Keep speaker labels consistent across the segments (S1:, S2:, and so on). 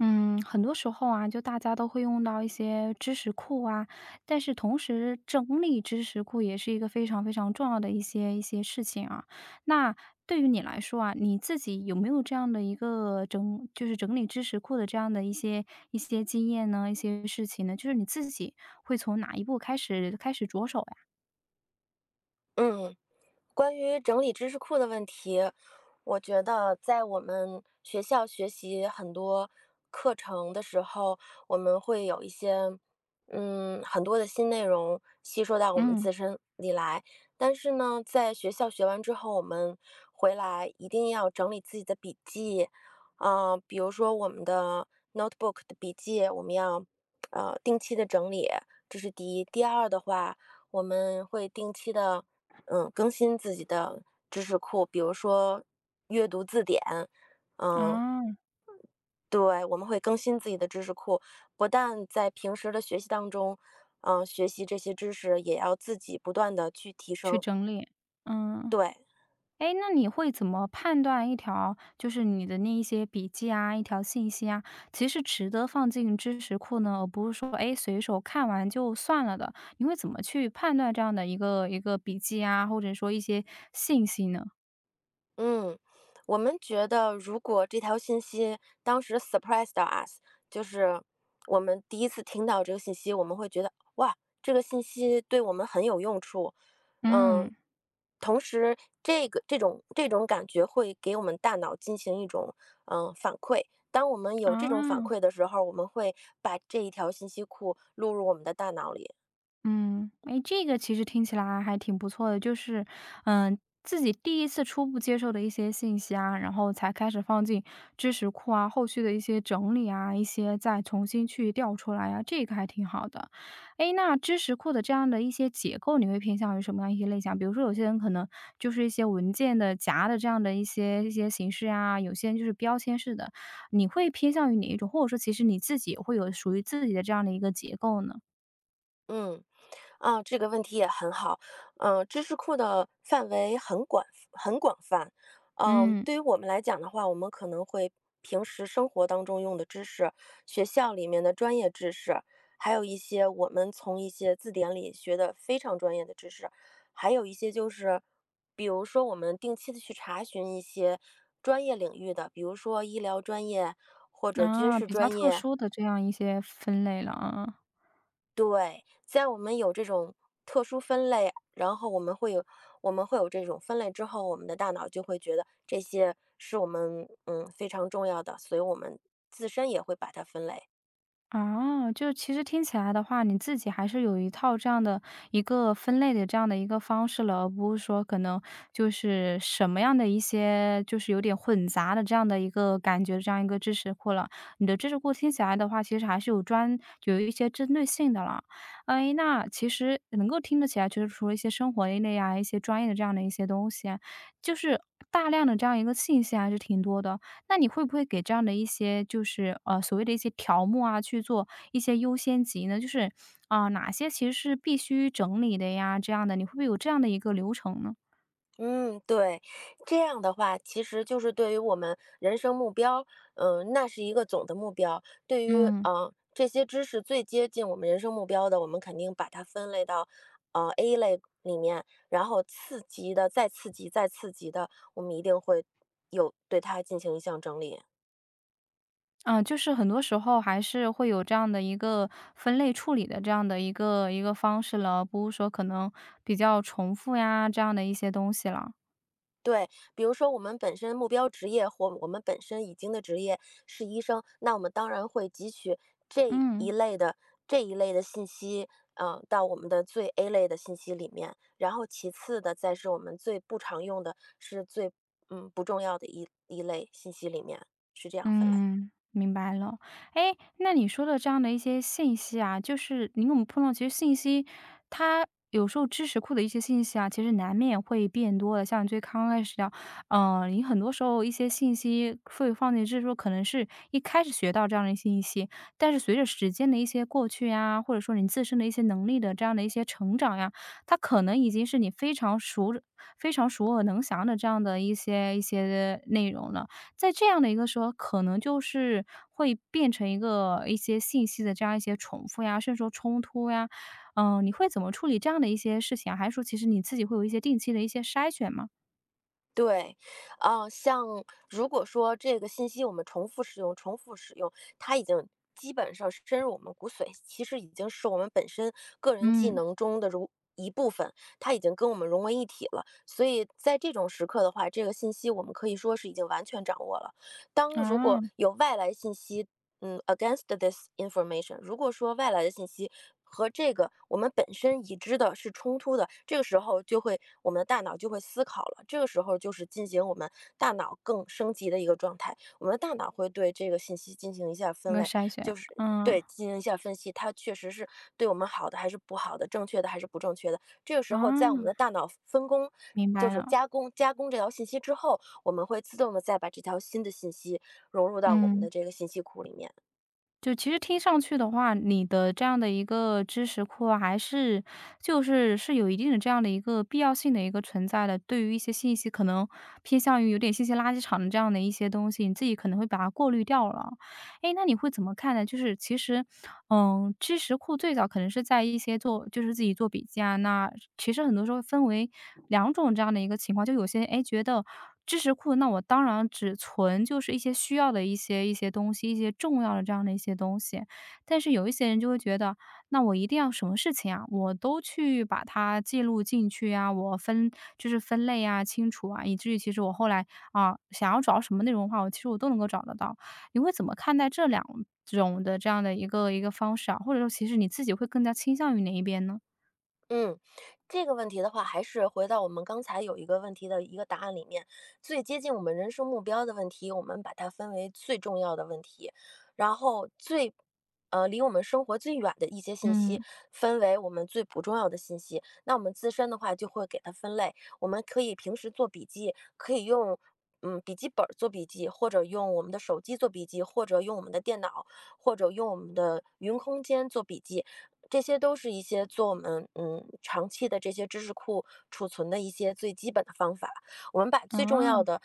S1: 嗯，很多时候啊，就大家都会用到一些知识库啊，但是同时整理知识库也是一个非常非常重要的一些事情啊。那对于你来说啊，你自己有没有这样的一个整就是整理知识库的这样的一些经验呢？一些事情呢？就是你自己会从哪一步开始着手呀？
S2: 嗯，关于整理知识库的问题，我觉得在我们学校学习很多课程的时候，我们会有一些，很多的新内容吸收到我们
S1: 嗯。
S2: 自身里来。但是呢，在学校学完之后，我们回来一定要整理自己的笔记，比如说我们的 notebook 的笔记，我们要定期的整理，这是第一。第二的话，我们会定期的，更新自己的知识库，比如说阅读字典。嗯，
S1: 啊，
S2: 对，我们会更新自己的知识库，不但在平时的学习当中，学习这些知识，也要自己不断的去提
S1: 去
S2: 升。
S1: 整理。嗯。
S2: 对。
S1: 哎，那你会怎么判断一条就是你的那一些笔记啊，一条信息啊，其实值得放进知识库呢，而不是说，哎随手看完就算了的？你会怎么去判断这样的一个笔记啊，或者说一些信息呢？
S2: 嗯，我们觉得如果这条信息当时 surprise 到 us,就是我们第一次听到这个信息，我们会觉得哇，这个信息对我们很有用处。嗯，
S1: 嗯。
S2: 同时这个这种感觉会给我们大脑进行一种反馈。当我们有这种反
S1: 啊。
S2: 馈的时候，我们会把这一条信息库录入我们的大脑里。
S1: 嗯。哎，这个其实听起来还挺不错的，就是，自己第一次初步接受的一些信息啊，然后才开始放进知识库啊，后续的一些整理啊，一些再重新去调出来啊，这个还挺好的。哎，那知识库的这样的一些结构，你会偏向于什么样一些类型啊？比如说有些人可能就是一些文件的夹的这样的一些形式啊，有些人就是标签式的，你会偏向于哪一种？或者说其实你自己也会有属于自己的这样的一个结构呢？
S2: 嗯。啊，这个问题也很好。知识库的范围很广，很广泛。
S1: 嗯。
S2: 对于我们来讲的话，我们可能会平时生活当中用的知识，学校里面的专业知识，还有一些我们从一些字典里学的非常专业的知识，还有一些就是，比如说我们定期的去查询一些专业领域的，比如说医疗专业或者军
S1: 啊，
S2: 事
S1: 比较
S2: 专
S1: 特
S2: 业。
S1: 殊的这样一些分类了啊。
S2: 对，在我们有这种特殊分类，然后我们会有这种分类之后，我们的大脑就会觉得这些是我们非常重要的，所以我们自身也会把它分类。
S1: 啊，就其实听起来的话，你自己还是有一套这样的一个分类的这样的一个方式了，而不是说可能就是什么样的一些就是有点混杂的这样的一个感觉，这样一个知识库了。你的知识库听起来的话，其实还是有一些针对性的了。哎，那其实能够听得起来，就是除了一些生活类啊，一些专业的这样的一些东西啊，就是大量的这样一个信息还是挺多的。那你会不会给这样的一些就是，所谓的一些条目啊，去做一些优先级呢？就是，啊，哪些其实是必须整理的呀，这样的，你会不会有这样的一个流程呢？
S2: 嗯，对，这样的话，其实就是对于我们人生目标，那是一个总的目标。对于
S1: 嗯。
S2: 这些知识最接近我们人生目标的，我们肯定把它分类到A 类里面，然后次级的、再次级、再次级的，我们一定会有对它进行一项整理。
S1: 啊，就是很多时候还是会有这样的一个分类处理的这样的一个方式了，不是说可能比较重复呀，这样的一些东西了。
S2: 对，比如说我们本身目标职业或我们本身已经的职业是医生，那我们当然会汲取这一
S1: 嗯。
S2: 类的这一类的信息，到我们的最 A 类的信息里面，然后其次的再是我们最不常用的，是最不重要的一类信息里面，是这样分类。
S1: 嗯，明白了。哎，那你说的这样的一些信息啊，就是你跟我们碰到其实信息，它有时候知识库的一些信息啊，其实难免会变多的。像你最刚开始的，你很多时候一些信息会放进知识库，可能是一开始学到这样的信息，但是随着时间的一些过去呀，或者说你自身的一些能力的这样的一些成长呀，它可能已经是你非常熟能详的这样的一些内容了。在这样的一个时候，可能就是会变成一个一些信息的这样一些重复呀，甚至说冲突呀，你会怎么处理这样的一些事情啊？还是说其实你自己会有一些定期的一些筛选吗？
S2: 对。像如果说这个信息我们重复使用，它已经基本上深入我们骨髓，其实已经是我们本身个人技
S1: 嗯。
S2: 能中的如一部分，它已经跟我们融为一体了。所以在这种时刻的话，这个信息我们可以说是已经完全掌握了。当如
S1: 啊，
S2: 果有外来信息against this information,如果说外来的信息和这个我们本身已知的是冲突的，这个时候就会我们的大脑就会思考了，这个时候就是进行我们大脑更升级的一个状态，我们的大脑会对这个信息进行一下
S1: 一
S2: 分
S1: 个
S2: 类，
S1: 筛选。
S2: 就是
S1: 嗯。
S2: 对进行一下分析，它确实是对我们好的还是不好的，正确的还是不正确的。这个时候，在我们
S1: 啊，
S2: 的大脑分工。
S1: 明白
S2: 就是
S1: 了。
S2: 加工这条信息之后，我们会自动的再把这条新的信息融入到我们
S1: 嗯。
S2: 的这个信息库里面。
S1: 就其实听上去的话，你的这样的一个知识库啊还是就是有一定的这样的一个必要性的一个存在的。对于一些信息可能偏向于有点信息垃圾场的这样的一些东西，你自己可能会把它过滤掉了。诶，那你会怎么看呢？就是其实知识库最早可能是在一些做就是自己做笔记啊，那其实很多时候分为两种这样的一个情况，就有些哎觉得知识库，那我当然只存就是一些需要的一些东西，一些重要的这样的一些东西。但是有一些人就会觉得，那我一定要什么事情啊，我都去把它记录进去啊，我分就是分类啊、清楚啊，以至于其实我后来啊、想要找什么内容的话，我其实我都能够找得到。你会怎么看待这两种的这样的一个方式啊？或者说其实你自己会更加倾向于哪一边呢？
S2: 嗯，这个问题的话，还是回到我们刚才有一个问题的一个答案里面，最接近我们人生目标的问题，我们把它分为最重要的问题，然后最，离我们生活最远的一些信息，
S1: 嗯。
S2: 分为我们最不重要的信息。那我们自身的话，就会给它分类，我们可以平时做笔记，可以用。笔记本儿做笔记，或者用我们的手机做笔记，或者用我们的电脑，或者用我们的云空间做笔记，这些都是一些做我们长期的这些知识库储存的一些最基本的方法。我们把最重要
S1: 啊，
S2: 的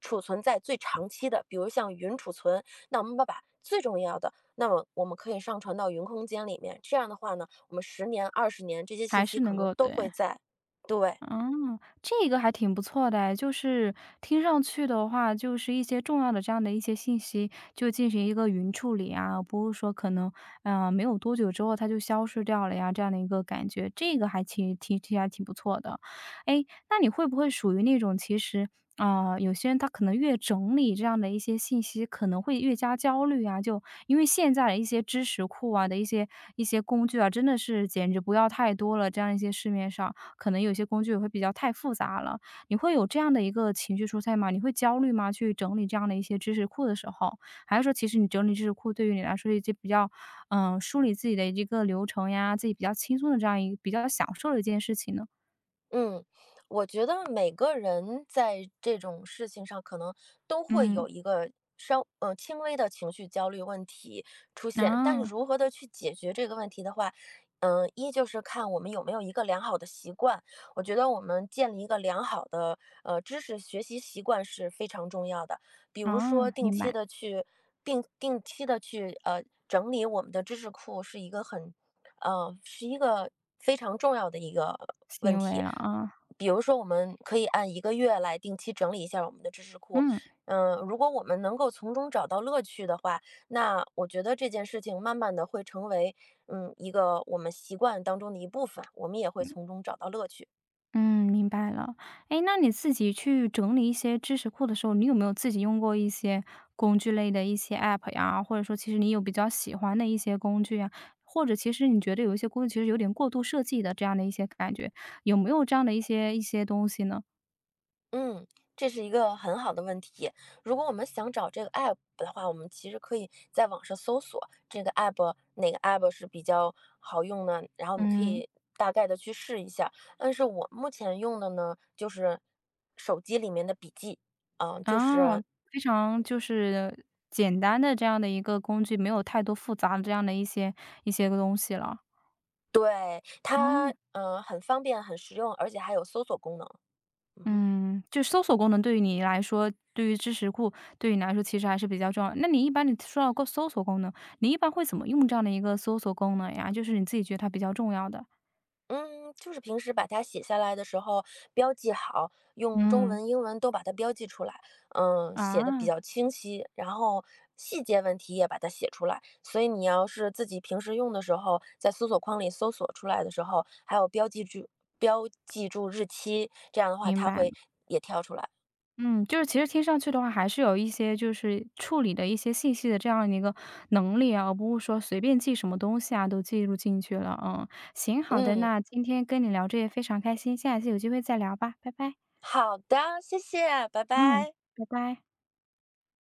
S2: 储存在最长期的，比如像云储存，那我们把最重要的，那么我们可以上传到云空间里面。这样的话呢，我们十年、20年这些信
S1: 还
S2: 息
S1: 是
S2: 可
S1: 能
S2: 能
S1: 够
S2: 都会
S1: 对。
S2: 在。对。
S1: 嗯，这个还挺不错的哎，就是听上去的话，就是一些重要的这样的一些信息，就进行一个云处理啊，不是说可能，没有多久之后它就消失掉了呀，这样的一个感觉，这个还挺不错的。哎，那你会不会属于那种其实，啊，有些人他可能越整理这样的一些信息，可能会越加焦虑啊，就因为现在的一些知识库啊的一些工具啊，真的是简直不要太多了，这样一些市面上。可能有些工具也会比较太复杂了。你会有这样的一个情绪蔬菜吗？你会焦虑吗？去整理这样的一些知识库的时候，还是说其实你整理知识库对于你来说是一件比较，梳理自己的一个流程呀，自己比较轻松的这样一个比较享受的一件事情呢？
S2: 嗯，我觉得每个人在这种事情上，可能都会
S1: 嗯。
S2: 有一个稍轻微的情绪焦虑问题出现。但是
S1: 啊。
S2: 如何的去解决这个问题的话，一就是看我们有没有一个良好的习惯。我觉得我们建立一个良好的知识学习习惯是非常重要的。比如说
S1: 啊，
S2: 定
S1: 明
S2: 期
S1: 白。
S2: 的去定期的去整理我们的知识库，是一个很是一个非常重要的一个问
S1: 行为
S2: 题。
S1: 了啊。
S2: 比如说，我们可以按1个月来定期整理一下我们的知识库。
S1: 嗯。
S2: 如果我们能够从中找到乐趣的话，那我觉得这件事情慢慢的会成为一个我们习惯当中的一部分，我们也会从中找到乐趣。
S1: 嗯，明白了。哎，那你自己去整理一些知识库的时候，你有没有自己用过一些工具类的一些 App 呀？或者说其实你有比较喜欢的一些工具呀？或者其实你觉得有一些工具其实有点过度设计的这样的一些感觉，有没有这样的一些东西呢？
S2: 嗯，这是一个很好的问题。如果我们想找这个 app 的话，我们其实可以在网上搜索这个 哪个 app 是比较好用呢？然后我们可
S1: 嗯。
S2: 以大概的去试一下。但是我目前用的呢，就是手机里面的笔记。就
S1: 啊，
S2: 是
S1: 非常就是简单的这样的一个工具，没有太多复杂的这样的一些个东西了。
S2: 对
S1: 嗯。
S2: 它，很方便，很实用，而且还有搜索功能。嗯哼。
S1: 嗯，就搜索功能对于你来说，对于知识库对于你来说其实还是比较重要。那你一般你说到过搜索功能，你一般会怎么用这样的一个搜索功能呀？就是你自己觉得它比较重要的。
S2: 嗯，就是平时把它写下来的时候标记好，用中
S1: 嗯。
S2: 文、英文都把它标记出来，写的比
S1: 啊，
S2: 较清晰，然后细节问题也把它写出来。所以你要是自己平时用的时候，在搜索框里搜索出来的时候，还有标记住日期，这样的话
S1: 明
S2: 它
S1: 白了。
S2: 会也跳出来。
S1: 嗯，就是其实听上去的话，还是有一些就是处理的一些信息的这样的一个能力啊，而不是说随便记什么东西啊都记录进去了。嗯，行，好的，
S2: 嗯，
S1: 那今天跟你聊这些非常开心，下一次有机会再聊吧，拜拜。
S2: 好的，谢谢，拜
S1: 嗯，
S2: 拜。
S1: 拜拜。